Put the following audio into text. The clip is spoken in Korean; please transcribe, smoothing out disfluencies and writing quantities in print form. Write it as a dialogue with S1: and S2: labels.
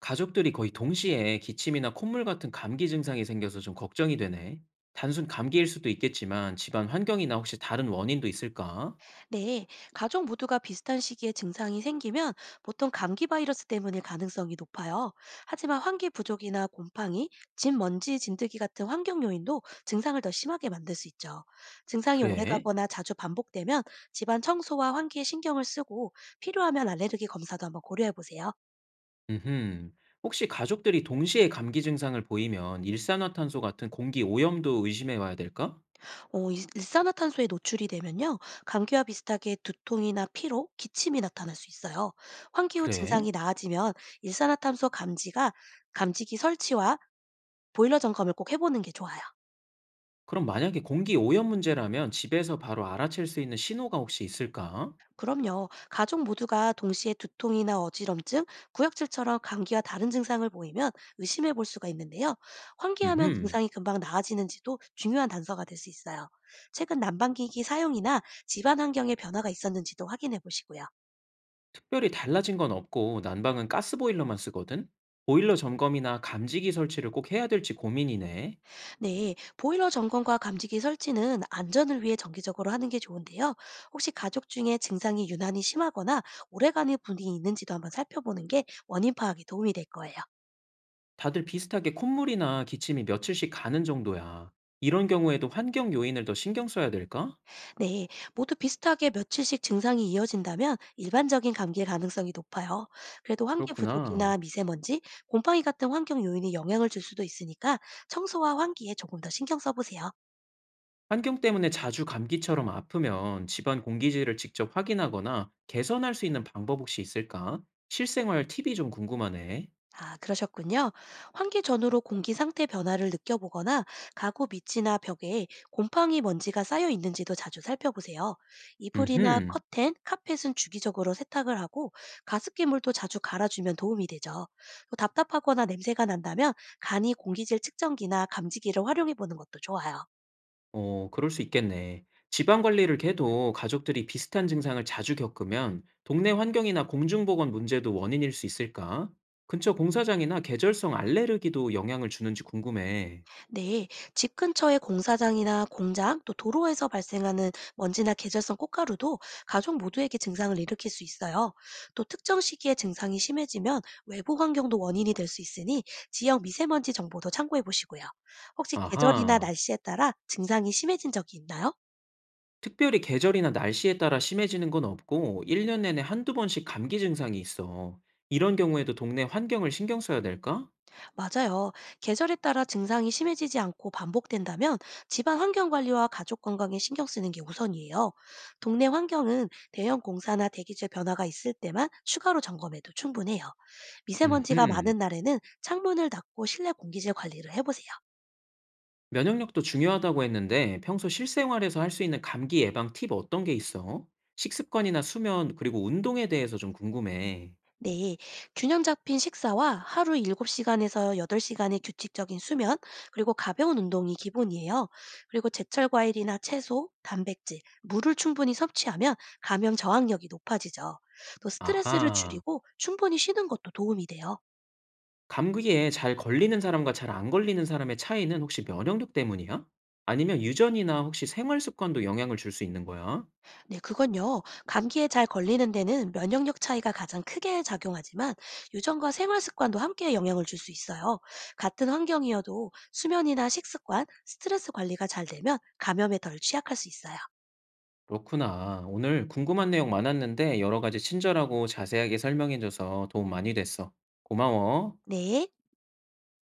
S1: 가족들이 거의 동시에 기침이나 콧물 같은 감기 증상이 생겨서 좀 걱정이 되네. 단순 감기일 수도 있겠지만 집안 환경이나 혹시 다른 원인도 있을까?
S2: 네, 가족 모두가 비슷한 시기에 증상이 생기면 보통 감기 바이러스 때문일 가능성이 높아요. 하지만 환기 부족이나 곰팡이, 진 먼지, 진드기 같은 환경 요인도 증상을 더 심하게 만들 수 있죠. 증상이
S1: 그래?
S2: 오래가거나 자주 반복되면 집안 청소와 환기에 신경을 쓰고 필요하면 알레르기 검사도 한번 고려해 보세요.
S1: 음흠. 혹시 가족들이 동시에 감기 증상을 보이면 일산화탄소 같은 공기 오염도 의심해 와야 될까?
S2: 일산화탄소에 노출이 되면요, 감기와 비슷하게 두통이나 피로, 기침이 나타날 수 있어요. 환기 후
S1: 그래?
S2: 증상이 나아지면 일산화탄소 감지가 감지기 설치와 보일러 점검을 꼭 해보는 게 좋아요.
S1: 그럼 만약에 공기 오염 문제라면 집에서 바로 알아챌 수 있는 신호가 혹시 있을까?
S2: 그럼요, 가족 모두가 동시에 두통이나 어지럼증, 구역질처럼 감기와 다른 증상을 보이면 의심해 볼 수가 있는데요. 환기하면
S1: 음흠.
S2: 증상이 금방 나아지는지도 중요한 단서가 될 수 있어요. 최근 난방기기 사용이나 집안 환경의 변화가 있었는지도 확인해 보시고요.
S1: 특별히 달라진 건 없고 난방은 가스보일러만 쓰거든? 보일러 점검이나 감지기 설치를 꼭 해야 될지 고민이네.
S2: 네, 보일러 점검과 감지기 설치는 안전을 위해 정기적으로 하는 게 좋은데요. 혹시 가족 중에 증상이 유난히 심하거나 오래간의 분이 있는지도 한번 살펴보는 게 원인 파악에 도움이 될 거예요.
S1: 다들 비슷하게 콧물이나 기침이 며칠씩 가는 정도야. 이런 경우에도 환경 요인을 더 신경 써야 될까?
S2: 네, 모두 비슷하게 며칠씩 증상이 이어진다면 일반적인 감기일 가능성이 높아요. 그래도 환기 부족이나
S1: 그렇구나.
S2: 미세먼지, 곰팡이 같은 환경 요인이 영향을 줄 수도 있으니까 청소와 환기에 조금 더 신경 써보세요.
S1: 환경 때문에 자주 감기처럼 아프면 집안 공기질을 직접 확인하거나 개선할 수 있는 방법 혹시 있을까? 실생활 팁이 좀 궁금하네.
S2: 아, 그러셨군요. 환기 전후로 공기 상태 변화를 느껴보거나 가구 밑이나 벽에 곰팡이 먼지가 쌓여 있는지도 자주 살펴보세요. 이불이나
S1: 음흠.
S2: 커튼, 카펫은 주기적으로 세탁을 하고 가습기물도 자주 갈아주면 도움이 되죠. 또 답답하거나 냄새가 난다면 간이 공기질 측정기나 감지기를 활용해 보는 것도 좋아요.
S1: 그럴 수 있겠네. 지방 관리를 해도 가족들이 비슷한 증상을 자주 겪으면 동네 환경이나 공중보건 문제도 원인일 수 있을까? 근처 공사장이나 계절성 알레르기도 영향을 주는지 궁금해.
S2: 네, 집 근처의 공사장이나 공장, 또 도로에서 발생하는 먼지나 계절성 꽃가루도 가족 모두에게 증상을 일으킬 수 있어요. 또 특정 시기에 증상이 심해지면 외부 환경도 원인이 될 수 있으니 지역 미세먼지 정보도 참고해 보시고요. 혹시 계절이나
S1: 아하,
S2: 날씨에 따라 증상이 심해진 적이 있나요?
S1: 특별히 계절이나 날씨에 따라 심해지는 건 없고 1년 내내 한두 번씩 감기 증상이 있어. 이런 경우에도 동네 환경을 신경 써야 될까?
S2: 맞아요. 계절에 따라 증상이 심해지지 않고 반복된다면 집안 환경 관리와 가족 건강에 신경 쓰는 게 우선이에요. 동네 환경은 대형 공사나 대기질 변화가 있을 때만 추가로 점검해도 충분해요. 미세먼지가
S1: 음흠.
S2: 많은 날에는 창문을 닫고 실내 공기질 관리를 해보세요.
S1: 면역력도 중요하다고 했는데 평소 실생활에서 할 수 있는 감기 예방 팁 어떤 게 있어? 식습관이나 수면, 그리고 운동에 대해서 좀 궁금해.
S2: 네, 균형 잡힌 식사와 하루 7시간에서 8시간의 규칙적인 수면, 그리고 가벼운 운동이 기본이에요. 그리고 제철 과일이나 채소, 단백질, 물을 충분히 섭취하면 감염 저항력이 높아지죠. 또 스트레스를
S1: 아하.
S2: 줄이고 충분히 쉬는 것도 도움이 돼요.
S1: 감기에 잘 걸리는 사람과 잘 안 걸리는 사람의 차이는 혹시 면역력 때문이야? 아니면 유전이나 혹시 생활 습관도 영향을 줄 수 있는 거야?
S2: 네, 그건요. 감기에 잘 걸리는 데는 면역력 차이가 가장 크게 작용하지만 유전과 생활 습관도 함께 영향을 줄 수 있어요. 같은 환경이어도 수면이나 식습관, 스트레스 관리가 잘 되면 감염에 덜 취약할 수 있어요.
S1: 그렇구나. 오늘 궁금한 내용 많았는데 여러 가지 친절하고 자세하게 설명해줘서 도움 많이 됐어. 고마워.
S2: 네.